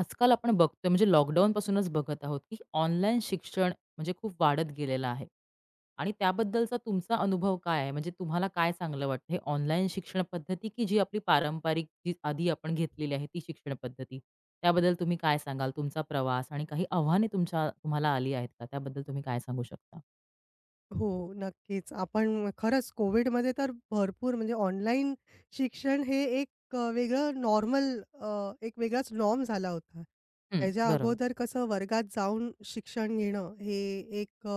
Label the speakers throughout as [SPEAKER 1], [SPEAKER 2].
[SPEAKER 1] आजकाल आपण बघतोय म्हणजे लॉकडाऊनपासूनच बघत आहोत की ऑनलाईन शिक्षण म्हणजे खूप वाढत गेलेलं आहे आणि त्याबद्दलचा तुमचा अनुभव काय आहे? म्हणजे तुम्हाला काय चांगलं वाटतं हे ऑनलाईन शिक्षण पद्धती की जी आपली पारंपरिक जी आधी आपण घेतलेली आहे ती शिक्षण पद्धती? त्याबद्दल तुम्ही काय सांगाल? तुमचा प्रवास आणि काही आव्हाने तुमच्या तुम्हाला आली आहेत का? त्याबद्दल तुम्ही काय सांगू शकता?
[SPEAKER 2] हो, नक्कीच. आपण खरंच कोविडमध्ये तर भरपूर म्हणजे ऑनलाईन शिक्षण हे एक वेगळं नॉर्मल एक वेगळाच नॉर्म झाला होता.
[SPEAKER 1] हं,
[SPEAKER 2] त्याच्या
[SPEAKER 1] बरोबर.
[SPEAKER 2] अगोदर कसं वर्गात जाऊन शिक्षण घेणं हे एक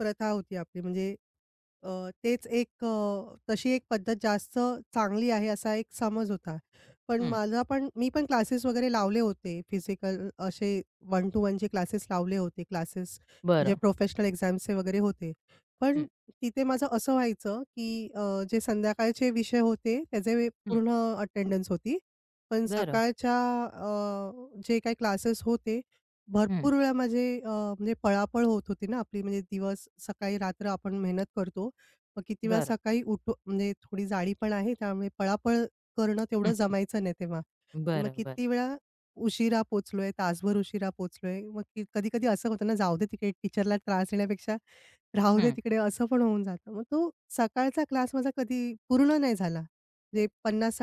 [SPEAKER 2] प्रथा होती आपली म्हणजे अ, तेच एक तशी एक पद्धत जास्त चांगली आहे असा एक समज होता. पण
[SPEAKER 1] हं,
[SPEAKER 2] माझा पण मी पण क्लासेस वगैरे लावले होते फिजिकल असे 1 टू 1चे क्लासेस लावले होते. क्लासेस म्हणजे
[SPEAKER 1] बरं.
[SPEAKER 2] प्रोफेशनल एक्झाम्सचे वगैरे होते. पण
[SPEAKER 1] हं,
[SPEAKER 2] तिथे माझं असं व्हायचं, की जे संध्याकाळचे विषय होते त्याचे
[SPEAKER 1] हं,
[SPEAKER 2] पूर्ण अटेंडन्स होती. पण
[SPEAKER 1] बरं.
[SPEAKER 2] सकाळच्या जे काही क्लासेस होते
[SPEAKER 1] हं,
[SPEAKER 2] भरपूर वेळा माझे म्हणजे पळापळ होत होती ना आपली म्हणजे दिवस सकाळी रात्र आपण मेहनत करतो. मग किती वेळा
[SPEAKER 1] बरं.
[SPEAKER 2] सकाळी उठू म्हणजे थोडी जाडी पण आहे त्यामुळे पळापळ करणं
[SPEAKER 1] हं,
[SPEAKER 2] तेवढं जमायचं नाही तेव्हा. आणि मग
[SPEAKER 1] बरं, बरं.
[SPEAKER 2] किती वेळा उशिरा पोहोचलोय, तासभर उशिरा पोहोचलोय. मग कधी-कधी असं होतं ना जाऊ दे तिकडे टीचरला त्रास देण्यापेक्षा राहू दे
[SPEAKER 1] हं,
[SPEAKER 2] तिकडे असं पण होऊन जातं. मग तो सकाळचा क्लास माझा कधी पूर्ण नाही झाला. म्हणजे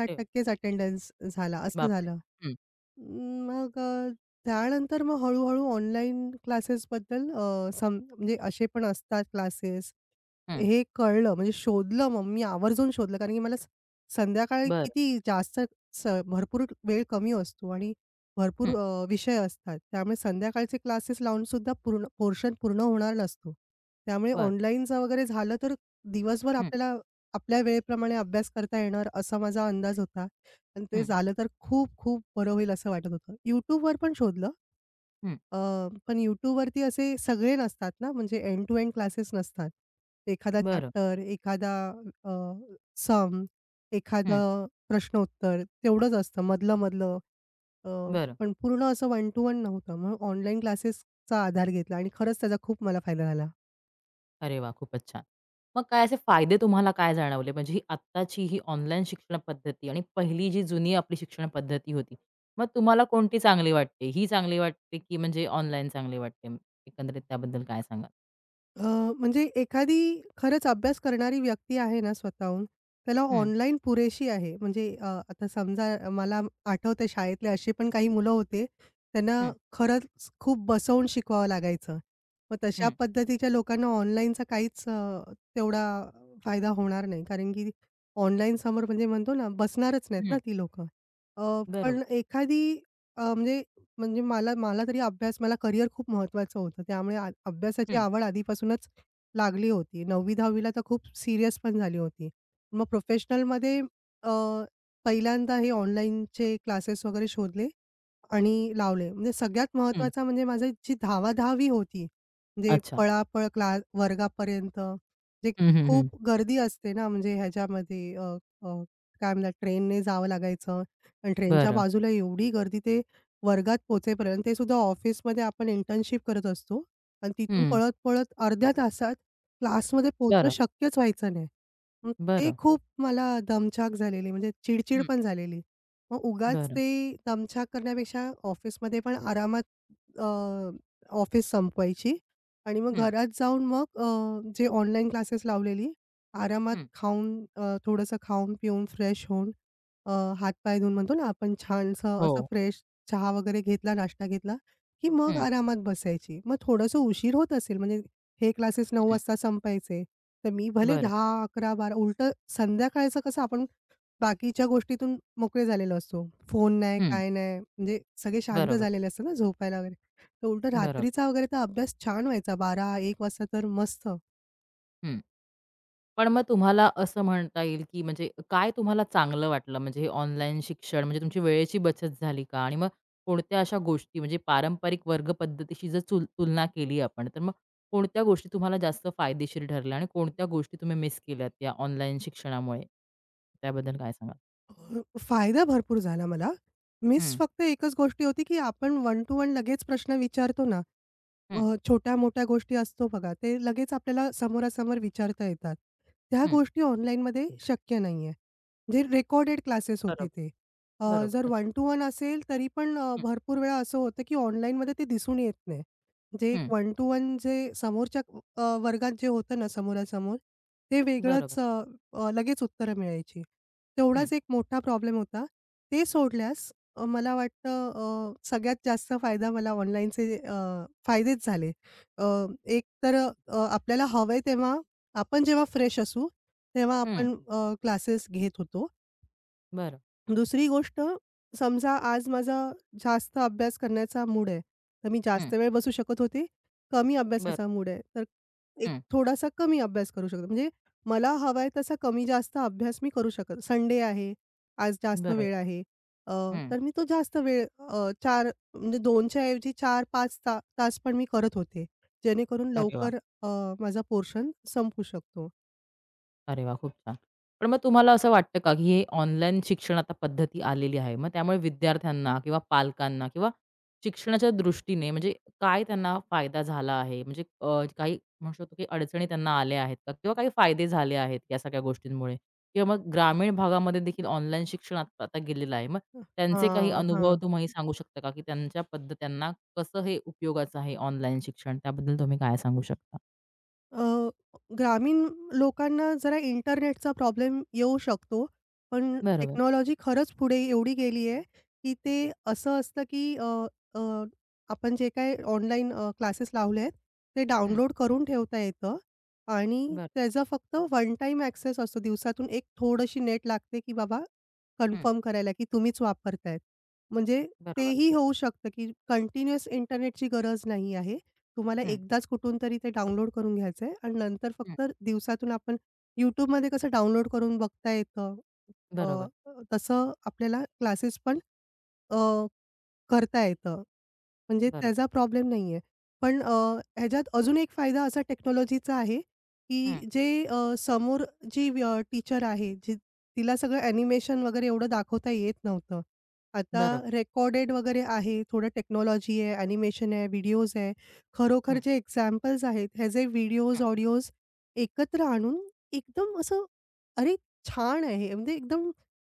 [SPEAKER 1] अरे वाह!
[SPEAKER 2] च अटेंडन्स झाला असं
[SPEAKER 1] बापरे!
[SPEAKER 2] झालं.
[SPEAKER 1] हं,
[SPEAKER 2] अं, मग त्यानंतर मग हळू-हळू ऑनलाईन क्लासेसबद्दल अ, सम म्हणजे असे पण असतात क्लासेस,
[SPEAKER 1] हं,
[SPEAKER 2] हे कळलं म्हणजे शोधलं मग मी आवर्जून शोधलं. कारण की मला संध्याकाळी
[SPEAKER 1] बरं.
[SPEAKER 2] किती जास्त भरपूर वेळ कमी असतो आणि भरपूर
[SPEAKER 1] हं,
[SPEAKER 2] विषय असतात. त्यामुळे संध्याकाळचे क्लासेस लावून सुद्धा पूर्ण पोर्शन पूर्ण होणार नसतो. त्यामुळे
[SPEAKER 1] बरं.
[SPEAKER 2] ऑनलाईनचं वगैरे झालं तर दिवसभर
[SPEAKER 1] हं,
[SPEAKER 2] आपल्याला आपल्या वेळेप्रमाणे अभ्यास करता येणार असा माझा अंदाज होता. आणि ते
[SPEAKER 1] हं,
[SPEAKER 2] झालं तर खूप-खूप बरं होईल असं वाटत होतं. YouTubeवर पण शोधलं.
[SPEAKER 1] हं.
[SPEAKER 2] अ, पण YouTubeवरती असे सगळे नसतात ना, म्हणजे एंड टू एंड क्लासेस नसतात. एखादा
[SPEAKER 1] बरं.
[SPEAKER 2] चॅप्टर, एखादा अ, सम,
[SPEAKER 1] हं,
[SPEAKER 2] एखादं प्रश्नोत्तर तेवढंच असतं मधलं-मधलं. अ,
[SPEAKER 1] बरं.
[SPEAKER 2] पण पूर्ण असं वन टू वन नव्हतं. म्हणून ऑनलाईन क्लासेसचा आधार घेतला आणि खरंच त्याचा खूप मला फायदा झाला.
[SPEAKER 1] अरे वाह! खूपच छान. मग काय असे फायदे तुम्हाला काय जाणवले? म्हणजे ही आत्ताची ही ऑनलाईन शिक्षण पद्धती आणि पहिली जी जुनी आपली शिक्षण पद्धती होती, मग तुम्हाला कोणती चांगली वाटते? ही चांगली वाटते, की म्हणजे ऑनलाईन चांगली वाटते? एकंदरीत त्याबद्दल काय सांगाल?
[SPEAKER 2] अ, म्हणजे एखादी खरंच अभ्यास करणारी व्यक्ती आहे ना स्वतःहून, त्याला
[SPEAKER 1] हं,
[SPEAKER 2] ऑनलाईन पुरेशी आहे. म्हणजे आता समजा मला आठवतंय शाळेतले असे पण काही मुलं होते, त्यांना
[SPEAKER 1] हं,
[SPEAKER 2] खरंच खूप बसवून शिकवावं लागायचं. मग तशा
[SPEAKER 1] हं,
[SPEAKER 2] पद्धतीच्या लोकांना ऑनलाईनचा काहीच तेवढा फायदा होणार नाही. कारण की ऑनलाईन समोर म्हणजे म्हणतो ना, बसणारच नाहीत ना
[SPEAKER 1] हं.
[SPEAKER 2] ती लोकं.
[SPEAKER 1] बरोबर.
[SPEAKER 2] पण एखादी म्हणजे म्हणजे मला मला तरी अभ्यास मला करिअर खूप महत्त्वाचं होतं. त्यामुळे अभ्यासाची
[SPEAKER 1] हं,
[SPEAKER 2] आवड आधीपासूनच लागली होती. 9वी-10वी ला तर खूप सीरियस पण झाली होती. मग प्रोफेशनलमध्ये अ, पहिल्यांदा हे ऑनलाईनचे क्लासेस वगैरे शोधले. आणि लावले. म्हणजे सगळ्यात
[SPEAKER 1] हं.
[SPEAKER 2] महत्त्वाचा म्हणजे माझी जी धावाधावी होती, म्हणजे
[SPEAKER 1] अच्छा.
[SPEAKER 2] पळापळ वर्गापर्यंत जे
[SPEAKER 1] हं, हं, हं.
[SPEAKER 2] खूप गर्दी असते ना, म्हणजे ह्याच्यामध्ये अ, अ, काय म्हणतात ट्रेनने जावं लागायचं आणि ट्रेनच्या
[SPEAKER 1] बरं.
[SPEAKER 2] बाजूला एवढी गर्दी ते वर्गात पोहोचेपर्यंत ते सुद्धा ऑफिसमध्ये आपण इंटर्नशिप करत असतो आणि तिथून
[SPEAKER 1] हं.
[SPEAKER 2] पळत-पळत अर्ध्या तासात क्लासमध्ये पोहोचणं
[SPEAKER 1] बरं,
[SPEAKER 2] शक्यच व्हायचं नाही. मग ते
[SPEAKER 1] बरं.
[SPEAKER 2] खूप मला दमछाक झालेली म्हणजे चिडचिड
[SPEAKER 1] हं,
[SPEAKER 2] पण झालेली. मग उगाच
[SPEAKER 1] बरं.
[SPEAKER 2] ते दमछाक करण्यापेक्षा ऑफिसमध्ये पण आरामात अ, ऑफिस संपवायची आणि मग
[SPEAKER 1] हं,
[SPEAKER 2] घरात जाऊन मग जे ऑनलाईन क्लासेस लावलेली आरामात
[SPEAKER 1] हं.
[SPEAKER 2] खाऊन थोडंसं खाऊन-पिऊन फ्रेश होऊन अ, हात-पाय धुवून म्हणतो ना आपण छानसं
[SPEAKER 1] हो.
[SPEAKER 2] असा फ्रेश चहा वगैरे घेतला, नाश्ता घेतला, की मग
[SPEAKER 1] हं,
[SPEAKER 2] आरामात बसायची. मग थोडंसं उशीर होत असेल म्हणजे हे क्लासेस 9:00
[SPEAKER 1] हं.
[SPEAKER 2] वाजता संपायचे. तर मी भले
[SPEAKER 1] बरं.
[SPEAKER 2] 10, 11, 12 उलटं संध्याकाळचं कसं आपण बाकीच्या गोष्टीतून मोकळे झालेलो असतो. फोन नाही,
[SPEAKER 1] हं.
[SPEAKER 2] काय नाही, म्हणजे सगळे शांत
[SPEAKER 1] बरोबर,
[SPEAKER 2] झालेले असतात ना झोपायला वगैरे. तर उलटं
[SPEAKER 1] बरोबर.
[SPEAKER 2] रात्रीचा वगैरे तर अभ्यास छान व्हायचा 12-1 वाजता तर मस्त.
[SPEAKER 1] हं. पण मग तुम्हाला असं म्हणता येईल, की म्हणजे काय तुम्हाला चांगलं वाटलं? म्हणजे हे ऑनलाईन शिक्षण म्हणजे तुमची वेळेची बचत झाली का? आणि मग कोणत्या अशा गोष्टी म्हणजे पारंपरिक वर्ग पद्धतीशी जर तुलना केली आपण, तर मग कोणत्या गोष्टी तुम्हाला जास्त फायदेशीर ठरल्या आणि कोणत्या गोष्टी तुम्ही मिस केल्यात या ऑनलाईन शिक्षणामुळे? त्याबद्दल काय सांगाल?
[SPEAKER 2] अ, फायदा भरपूर झाला मला. मिस
[SPEAKER 1] हं,
[SPEAKER 2] फक्त एकच गोष्टी होती, की आपण वन टू वन लगेच प्रश्न विचारतो ना, अ,
[SPEAKER 1] हं,
[SPEAKER 2] छोट्या-मोठ्या गोष्टी असतो बघा, ते लगेच आपल्याला समोरासमोर विचारता येतात. त्या
[SPEAKER 1] हं.
[SPEAKER 2] गोष्टी ऑनलाईनमध्ये शक्य नाहीये. जे रेकॉर्डेड क्लासेस होते
[SPEAKER 1] बरोबर,
[SPEAKER 2] ते. अ,
[SPEAKER 1] बरोबर.
[SPEAKER 2] जर
[SPEAKER 1] अच्छा.
[SPEAKER 2] वन टू वन असेल तरी पण
[SPEAKER 1] हं,
[SPEAKER 2] भरपूर वेळा असं होतं, की ऑनलाईनमध्ये ते दिसून येत नाही. जे
[SPEAKER 1] हं.
[SPEAKER 2] वन टू वन जे समोरच्या वर्गात जे होतं ना समोरासमोर, ते
[SPEAKER 1] बरोबर.
[SPEAKER 2] वेगळंच अ, अ, लगेच उत्तरं मिळायची.
[SPEAKER 1] हं,
[SPEAKER 2] तेवढाच एक मोठा प्रॉब्लेम होता. ते सोडल्यास मला वाटतं सगळ्यात जास्त फायदा मला ऑनलाईनचे फायदेच झाले. अ, एक तर आपल्याला हवंय तेव्हा आपण जेव्हा फ्रेश असू, तेव्हा
[SPEAKER 1] हं.
[SPEAKER 2] आपण क्लासेस घेत होतो.
[SPEAKER 1] बरं.
[SPEAKER 2] दुसरी गोष्ट, समजा आज माझा जास्त अभ्यास करण्याचा मूड आहे, तर मी
[SPEAKER 1] हं,
[SPEAKER 2] जास्त वेळ बसू शकत होते. कमी अभ्यासाचा
[SPEAKER 1] बरं.
[SPEAKER 2] मूड आहे, तर एक
[SPEAKER 1] हं,
[SPEAKER 2] थोडासा कमी अभ्यास करू शकतो. म्हणजे मला हवा आहे तसा कमी-जास्त अभ्यास मी करू शकत. संडे आहे, आज जास्त वेळ
[SPEAKER 1] बरोबर.
[SPEAKER 2] आहे. अ,
[SPEAKER 1] हं.
[SPEAKER 2] तर मी तो जास्त वेळ 4 म्हणजे 2 ऐवजी 4-5 तास पण मी करत होते. जेणेकरून
[SPEAKER 1] अरे वाह!
[SPEAKER 2] लवकर अ, माझा पोर्शन संपू शकतो.
[SPEAKER 1] अरे वाह! खूप छान. पण मग तुम्हाला असं वाटतं का, की हे ऑनलाईन शिक्षण आता पद्धती आलेली आहे. मग त्यामुळे विद्यार्थ्यांना किंवा पालकांना किंवा शिक्षणाच्या दृष्टीने म्हणजे काय त्यांना फायदा झाला आहे? म्हणजे काही म्हणू शकतो, की अडचणी त्यांना आल्या आहेत का? किंवा काही फायदे झाले आहेत या सगळ्या गोष्टींमुळे? किंवा मग ग्रामीण भागामध्ये देखील ऑनलाईन शिक्षण आता गेलेलं आहे. मग त्यांचे काही
[SPEAKER 2] हां,
[SPEAKER 1] अनुभव
[SPEAKER 2] हां.
[SPEAKER 1] तुम्ही सांगू शकता का, की त्यांच्या पद्धत त्यांना कसं हे उपयोगाचं आहे ऑनलाईन शिक्षण? त्याबद्दल तुम्ही काय सांगू शकता?
[SPEAKER 2] अ, ग्रामीण लोकांना जरा इंटरनेटचा प्रॉब्लेम येऊ शकतो. पण
[SPEAKER 1] बरोबर.
[SPEAKER 2] टेक्नॉलॉजी खरंच पुढे एवढी गेली आहे, की
[SPEAKER 1] हं,
[SPEAKER 2] ते असं असतं, की अ, अ, आपण जे काही ऑनलाईन क्लासेस लावले आहेत, ते
[SPEAKER 1] हं,
[SPEAKER 2] डाउनलोड करून ठेवता येतं आणि
[SPEAKER 1] बरं.
[SPEAKER 2] त्याचा फक्त वन टाईम ॲक्सेस असतो. दिवसातून एक थोडीशी नेट लागते, की बाबा
[SPEAKER 1] हं.
[SPEAKER 2] कन्फर्म करायला, की तुम्हीच वापरतायत. म्हणजे
[SPEAKER 1] बरोबर.
[SPEAKER 2] तेही होऊ शकतं, की कंटिन्युअस इंटरनेटची गरज नाही आहे. तुम्हाला
[SPEAKER 1] हं,
[SPEAKER 2] एकदाच कुठून तरी ते डाउनलोड करून घ्यायचंय आणि नंतर
[SPEAKER 1] हं.
[SPEAKER 2] फक्त दिवसातून आपण YouTubeमध्ये कसं डाउनलोड करून बघता येतं. अ,
[SPEAKER 1] बरोबर,
[SPEAKER 2] तसं आपल्याला क्लासेस पण अ करता येतं. म्हणजे
[SPEAKER 1] बरोबर.
[SPEAKER 2] त्याचा प्रॉब्लेम नाहीये. पण ह्याच्यात अजून एक फायदा असा टेक्नॉलॉजीचा आहे,
[SPEAKER 1] हं,
[SPEAKER 2] की जे समोर जी टीचर आहे, जी तिला सगळं ॲनिमेशन वगैरे एवढं दाखवता येत नव्हतं. आता
[SPEAKER 1] बरोबर.
[SPEAKER 2] रेकॉर्डेड वगैरे आहे, थोडं टेक्नॉलॉजी आहे, ॲनिमेशन आहे, व्हिडिओज आहे. खरोखर
[SPEAKER 1] हं,
[SPEAKER 2] जे एक्झाम्पल्स आहेत, ह्याचे व्हिडिओज,
[SPEAKER 1] हं.
[SPEAKER 2] ऑडिओज एकत्र आणून एकदम असं, अरे, छान आहे! म्हणजे एकदम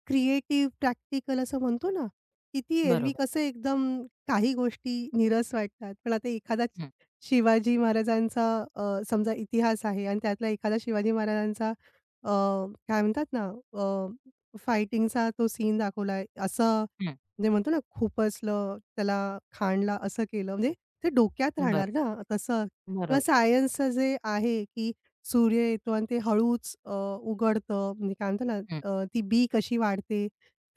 [SPEAKER 2] क्रिएटिव्ह, प्रॅक्टिकल असं म्हणतो ना किती एरवी
[SPEAKER 1] बरोबर.
[SPEAKER 2] कसं एकदम काही गोष्टी नीरस वाटतात. पण आता एखादा
[SPEAKER 1] हं,
[SPEAKER 2] शिवाजी महाराजांचा समजा इतिहास आहे आणि त्यातला एखादा शिवाजी महाराजांचा काय म्हणतात ना फायटिंगचा तो सीन दाखवलाय. असं
[SPEAKER 1] हं.
[SPEAKER 2] म्हणजे म्हणतो ना खुपसलं, त्याला खाणला, असं केलं. म्हणजे ते डोक्यात
[SPEAKER 1] बरं.
[SPEAKER 2] राहणार ना तसं. किंवा
[SPEAKER 1] बरोबर.
[SPEAKER 2] सायन्सचं जे आहे, की सूर्य येतो आणि ते हळूच उघडतं. म्हणजे काय म्हणतो ना
[SPEAKER 1] हं,
[SPEAKER 2] ती बी कशी वाढते.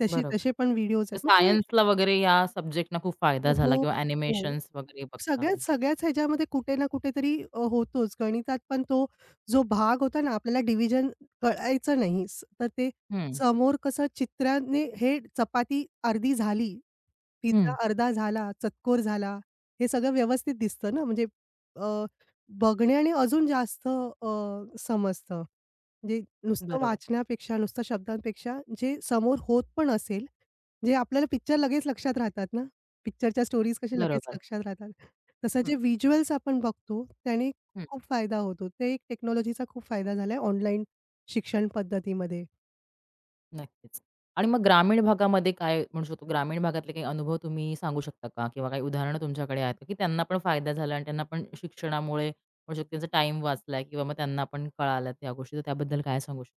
[SPEAKER 2] तसे
[SPEAKER 1] बरोबर.
[SPEAKER 2] तसे पण व्हिडिओज
[SPEAKER 1] म्हणजे
[SPEAKER 2] आहेत. मग ते.
[SPEAKER 1] सायन्सला वगैरे या सब्जेक्टना खूप फायदा झाला
[SPEAKER 2] हो,
[SPEAKER 1] किंवा
[SPEAKER 2] हो.
[SPEAKER 1] अॅनिमेशन्स वगैरे बघता आलं.
[SPEAKER 2] सगळ्याच सगळ्याच ह्याच्यामध्ये कुठे ना कुठेतरी होतोच. गणितात पण तो जो भाग होता ना, आपल्याला डिव्हिजन कळायचं नाही. तर ते
[SPEAKER 1] हं,
[SPEAKER 2] समोर कसं चित्राने हे चपाती अर्धी झाली,
[SPEAKER 1] हं.
[SPEAKER 2] पिझ्झा अर्धा झाला, चतकोर झाला. हे सगळं व्यवस्थित दिसतं ना, म्हणजे अ, बघण्याने अजून जास्त समजतं. म्हणजे नुसतं
[SPEAKER 1] बरोबर,
[SPEAKER 2] वाचण्यापेक्षा, नुसतं शब्दांपेक्षा जे समोर होत पण असेल, जे आपल्याला पिक्चर लगेच लक्षात राहतात ना, पिक्चरच्या स्टोरीज कशा लगेच
[SPEAKER 1] बरोबर.
[SPEAKER 2] लक्षात राहतात. तसं
[SPEAKER 1] हं,
[SPEAKER 2] जे व्हिज्युअल्स आपण बघतो त्याने
[SPEAKER 1] हं.
[SPEAKER 2] खूप फायदा होतो. ते एक टेक्नॉलॉजीचा खूप फायदा झालाय ऑनलाईन शिक्षण पद्धतीमध्ये.
[SPEAKER 1] नक्कीच. आणि मग ग्रामीण भागामध्ये काय म्हणू शकतो, ग्रामीण भागातले काही अनुभव तुम्ही सांगू शकता का? किंवा काही उदाहरणं तुमच्याकडे आहेत का, की त्यांना पण फायदा झाला आणि त्यांना पण शिक्षणामुळे म्हणू शकतो त्यांचा टाईम वाचलाय किंवा मग त्यांना पण कळाल्या त्या गोष्टी, तर त्याबद्दल काय सांगू शकता?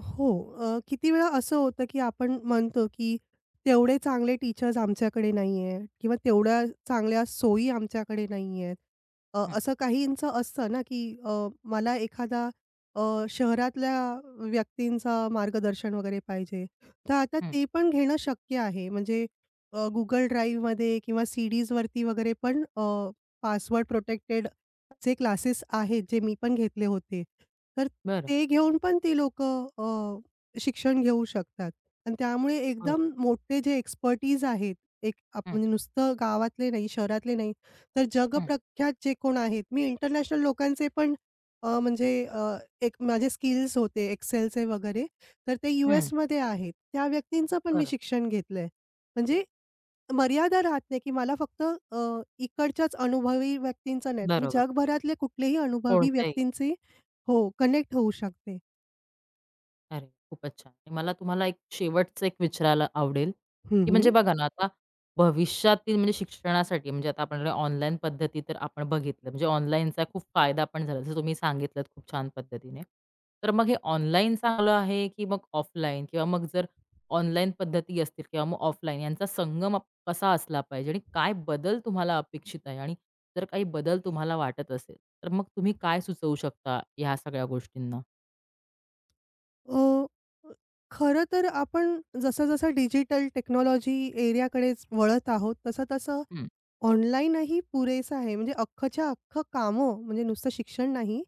[SPEAKER 2] हो. किती वेळा असं होतं, की आपण म्हणतो, की तेवढे चांगले टीचर्स आमच्याकडे नाही आहेत किंवा तेवढ्या चांगल्या सोयी आमच्याकडे नाही आहेत.
[SPEAKER 1] हं,
[SPEAKER 2] असं काहींचं असतं ना, की मला एखादा शहरातल्या व्यक्तींचा मार्गदर्शन वगैरे पाहिजे. तर आता
[SPEAKER 1] हं.
[SPEAKER 2] ते पण घेणं शक्य आहे. म्हणजे Google Driveमध्ये किंवा सीडीजवरती वगैरे पण पासवर्ड प्रोटेक्टेड जे क्लासेस आहेत, जे मी पण घेतले होते. तर
[SPEAKER 1] बरं.
[SPEAKER 2] ते घेऊन पण ती लोक शिक्षण घेऊ शकतात आणि त्यामुळे
[SPEAKER 1] बरं.
[SPEAKER 2] एकदम मोठे जे एक्सपर्टीज आहेत, एक आप
[SPEAKER 1] हं,
[SPEAKER 2] म्हणजे नुसतं गावातले नाही, शहरातले नाही, तर
[SPEAKER 1] हं,
[SPEAKER 2] जगप्रख्यात जे कोण आहेत, मी इंटरनॅशनल लोकांचे पण अ, म्हणजे अ, एक माझे स्किल्स होते एक्सेलचे वगैरे, तर ते
[SPEAKER 1] हं.
[SPEAKER 2] यूएसमध्ये आहेत. त्या व्यक्तींचं पण मी
[SPEAKER 1] बरं.
[SPEAKER 2] शिक्षण घेतलंय. म्हणजे मर्यादा राहत नाही, की मला फक्त इकडच्याच अनुभवी व्यक्तींचं नाही, तर मी
[SPEAKER 1] बरोबर.
[SPEAKER 2] जगभरातले कुठलेही अनुभवी
[SPEAKER 1] कोणत्याही.
[SPEAKER 2] व्यक्तींचे हो, कनेक्ट होऊ शकते.
[SPEAKER 1] अरे, खूपच छान! आणि मला तुम्हाला एक शेवटचं एक विचारायला आवडेल,
[SPEAKER 2] हं,
[SPEAKER 1] की म्हणजे
[SPEAKER 2] हं.
[SPEAKER 1] बघा ना, आता भविष्यातील म्हणजे शिक्षणासाठी म्हणजे आता आपण ऑनलाईन पद्धती तर आपण बघितलं, म्हणजे ऑनलाईनचा खूप फायदा पण झाला, जसं तुम्ही सांगितलत खूप छान पद्धतीने. तर मग हे ऑनलाईन चांगलं आहे, की मग ऑफलाईन? किंवा मग जर ऑनलाईन पद्धती असतील किंवा मग ऑफलाईन यांचा संगम कसा असला पाहिजे आणि काय बदल तुम्हाला अपेक्षित आहे? आणि जर काही बदल तुम्हाला वाटत असेल, तर मग तुम्ही काय सुचवू शकता या सगळ्या गोष्टींना?
[SPEAKER 2] अ, खरं तर आपण जसं-जसं डिजिटल टेक्नॉलॉजी एरियाकडेच वळत आहोत, तसं-तसं
[SPEAKER 1] हं,
[SPEAKER 2] ऑनलाईनही पुरेसं आहे. म्हणजे अख्खच्या अख्खं कामं, म्हणजे नुसतं शिक्षण नाही,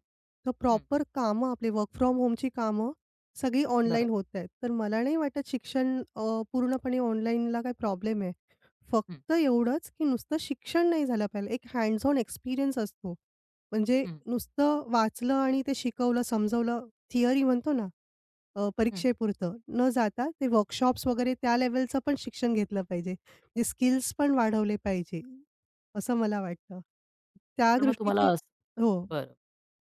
[SPEAKER 2] तर
[SPEAKER 1] हं.
[SPEAKER 2] प्रॉपर कामं आपले वर्क फ्रॉम होमची कामं सगळी
[SPEAKER 1] बरोबर.
[SPEAKER 2] ऑनलाईन होत आहेत. तर मला नाही वाटत शिक्षण पूर्णपणे ऑनलाईनला काही प्रॉब्लेम आहे.
[SPEAKER 1] हं.
[SPEAKER 2] फक्त एवढंच, की नुसतं शिक्षण नाही झालं पाहिजे. एक हँड्स ऑन एक्सपिरियन्स असतो. म्हणजे
[SPEAKER 1] हं,
[SPEAKER 2] नुसतं वाचलं आणि ते शिकवलं, समजवलं, थिअरी म्हणतो ना
[SPEAKER 1] हं.
[SPEAKER 2] परीक्षेपुरतं न जाता ते वर्कशॉप्स वगैरे त्या लेव्हलचं पण शिक्षण घेतलं पाहिजे. जे स्किल्स पण वाढवले पाहिजे, असं मला वाटतं. त्या
[SPEAKER 1] पण मग तुम्हाला
[SPEAKER 2] दृष्टीचे
[SPEAKER 1] असं
[SPEAKER 2] हो.
[SPEAKER 1] बरं.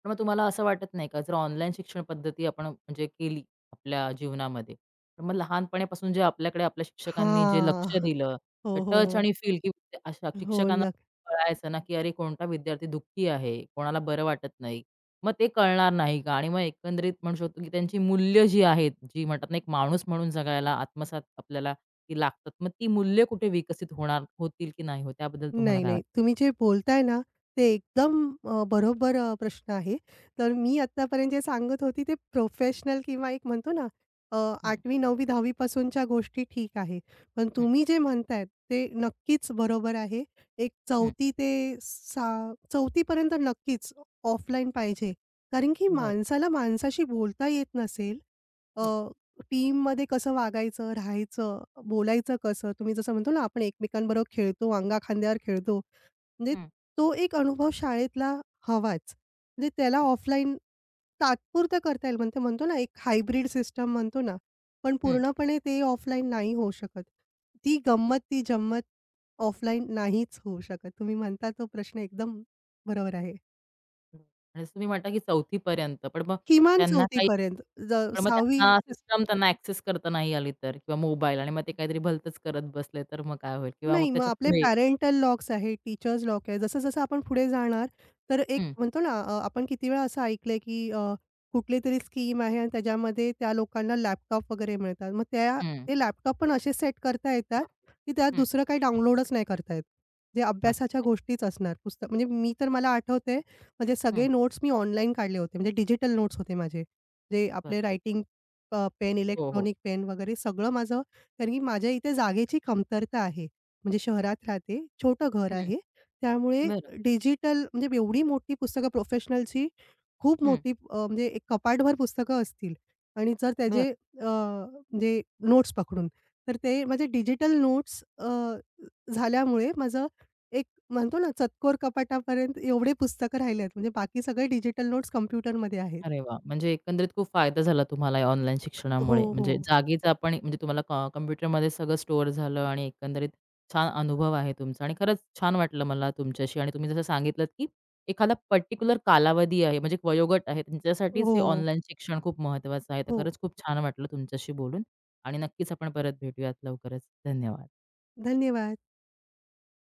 [SPEAKER 1] पण मग तुम्हाला असं वाटत नाही का, जर ऑनलाईन शिक्षण पद्धती आपण म्हणजे केली आपल्या जीवनामध्ये, तर मग लहानपणापासून जे आपल्याकडे आपल्या शिक्षकांनी जे
[SPEAKER 2] हां.
[SPEAKER 1] लक्ष दिलं, तर
[SPEAKER 2] हो, हो,
[SPEAKER 1] टच
[SPEAKER 2] हो.
[SPEAKER 1] आणि फील की अशा
[SPEAKER 2] हो,
[SPEAKER 1] शिक्षकांना
[SPEAKER 2] नक्की.
[SPEAKER 1] कळायचं ना, की अरे कोणता विद्यार्थी दुःखी आहे, कोणाला बरं वाटत नाही. मग ते कळणार नाही का? आणि मग एकंदरीत म्हणू शकतो की त्यांची मूल्य जी आहेत, जी म्हणतात ना, एक माणूस म्हणून जगायला आत्मसात आपल्याला ती लागतात. मग ती मूल्य कुठे विकसित होणार होतील की नाही हो, त्याबद्दल तुम्हाला
[SPEAKER 2] नाही,
[SPEAKER 1] काय वाटतं?
[SPEAKER 2] नाही. तुम्ही जे बोलताय ना, ते एकदम बरोबर प्रश्न आहे. तर मी आत्तापर्यंत जे सांगत होती ते प्रोफेशनल किंवा एक म्हणतो ना, अ,
[SPEAKER 1] हं,
[SPEAKER 2] 8वी, 9वी, 10वी पासूनच्या गोष्टी ठीक आहे. पण तुम्ही जे म्हणताय ते नक्कीच बरोबर आहे. एक
[SPEAKER 1] हं,
[SPEAKER 2] 4थी ते सा 4थी नक्कीच ऑफलाईन पाहिजे. कारण की
[SPEAKER 1] बरं.
[SPEAKER 2] माणसाला माणसाशी बोलता येत नसेल,
[SPEAKER 1] येस.
[SPEAKER 2] टीममध्ये कसं वागायचं, राहायचं, बोलायचं कसं? तुम्ही जसं म्हणतो ना, आपण एकमेकांबरोबर खेळतो, अंगा खांद्यावर खेळतो. म्हणजे
[SPEAKER 1] हं,
[SPEAKER 2] तो एक अनुभव शाळेतला हवाच. म्हणजे त्याला
[SPEAKER 1] हं,
[SPEAKER 2] ऑफलाईन तात्पुरतं करता येईल. म्हणजे म्हणतो ना, एक हायब्रिड सिस्टम म्हणतो ना, पण
[SPEAKER 1] हं.
[SPEAKER 2] पूर्णपणे ते ऑफलाईन नाही होऊ शकत. ती गंमत, ती जम्मत ऑफलाईन नाहीच होऊ शकत. तुम्ही म्हणता तो प्रश्न एकदम बरोबर आहे.
[SPEAKER 1] बरं. आणि जसं तुम्ही म्हटला की 4थी पर्यंत. पण मग
[SPEAKER 2] किमान
[SPEAKER 1] त्यांना
[SPEAKER 2] 4थी
[SPEAKER 1] काही
[SPEAKER 2] ज
[SPEAKER 1] पण मग
[SPEAKER 2] 6वी
[SPEAKER 1] त्यांना सिस्टम त्यांना ॲक्सेस करता नाही आली तर किंवा मोबाईल आणि मग ते काहीतरी भलतंच करत बसले तर मग काय होईल? किंवा मग
[SPEAKER 2] नाही, मग
[SPEAKER 1] त्याच्या
[SPEAKER 2] आपले
[SPEAKER 1] पुढे
[SPEAKER 2] पॅरेंटल लॉक्स आहेत, टीचर्स लॉक आहे. जसं-जसं आपण पुढे जाणार, तर एक
[SPEAKER 1] हं,
[SPEAKER 2] म्हणतो ना, आपण किती वेळा असं ऐकलंय, की कुठली तरी स्कीम आहे आणि त्याच्यामध्ये त्या लोकांना लॅपटॉप वगैरे मिळतात. मग त्या
[SPEAKER 1] हं, हं,
[SPEAKER 2] ते लॅपटॉप पण असे सेट करता येतात, की त्यात
[SPEAKER 1] हं.
[SPEAKER 2] दुसरं काही डाउनलोडच नाही करता येत. जे
[SPEAKER 1] नक्की,
[SPEAKER 2] अभ्यासाच्या
[SPEAKER 1] नक्की.
[SPEAKER 2] गोष्टीच असणार. पुस्तक म्हणजे मी तर मला आठवतंय, म्हणजे
[SPEAKER 1] हं,
[SPEAKER 2] सगळे नोट्स मी ऑनलाईन काढले होते. म्हणजे डिजिटल नोट्स होते माझे. जे
[SPEAKER 1] बरं.
[SPEAKER 2] आपले रायटिंग पेन,
[SPEAKER 1] हो, हो.
[SPEAKER 2] इलेक्ट्रॉनिक पेन वगैरे सगळं माझं कारण की माझ्या इथे जागेची कमतरता आहे. म्हणजे शहरात राहते. छोटं घर
[SPEAKER 1] हं,
[SPEAKER 2] आहे. त्यामुळे
[SPEAKER 1] बरं.
[SPEAKER 2] डिजिटल म्हणजे एवढी मोठी पुस्तकं प्रोफेशनलची खूप
[SPEAKER 1] हं,
[SPEAKER 2] मोठी म्हणजे एक कपाटभर पुस्तकं असतील आणि जर
[SPEAKER 1] बरं.
[SPEAKER 2] त्याचे म्हणजे नोट्स पकडून, तर ते माझे डिजिटल नोट्स झाल्यामुळे माझं एक म्हणतो ना चतकोर कपाटापर्यंत एवढे पुस्तकं राहिले आहेत. म्हणजे बाकी सगळे डिजिटल नोट्स कॉम्प्युटरमध्ये आहेत.
[SPEAKER 1] अरे वा, म्हणजे एकंदरीत खूप फायदा झाला तुम्हाला या ऑनलाईन
[SPEAKER 2] हो,
[SPEAKER 1] शिक्षणामुळे.
[SPEAKER 2] हो.
[SPEAKER 1] म्हणजे जागीच आपण म्हणजे तुम्हाला कॉम्प्युटरमध्ये सगळं स्टोअर झालं आणि एकंदरीत छान अनुभव आहे तुमचा आणि खरंच छान वाटलं मला तुमच्याशी आणि तुम्ही जसं सांगितलंत, की एखादा पर्टिक्युलर कालावधी आहे, म्हणजे एक वयोगट आहे, त्यांच्यासाठीच हे
[SPEAKER 2] हो,
[SPEAKER 1] ऑनलाईन शिक्षण खूप महत्त्वाचं आहे. तर
[SPEAKER 2] हो.
[SPEAKER 1] खरंच खूप छान वाटलं तुमच्याशी बोलून आणि नक्कीच आपण परत भेटूयात लवकरच. धन्यवाद.
[SPEAKER 2] धन्यवाद.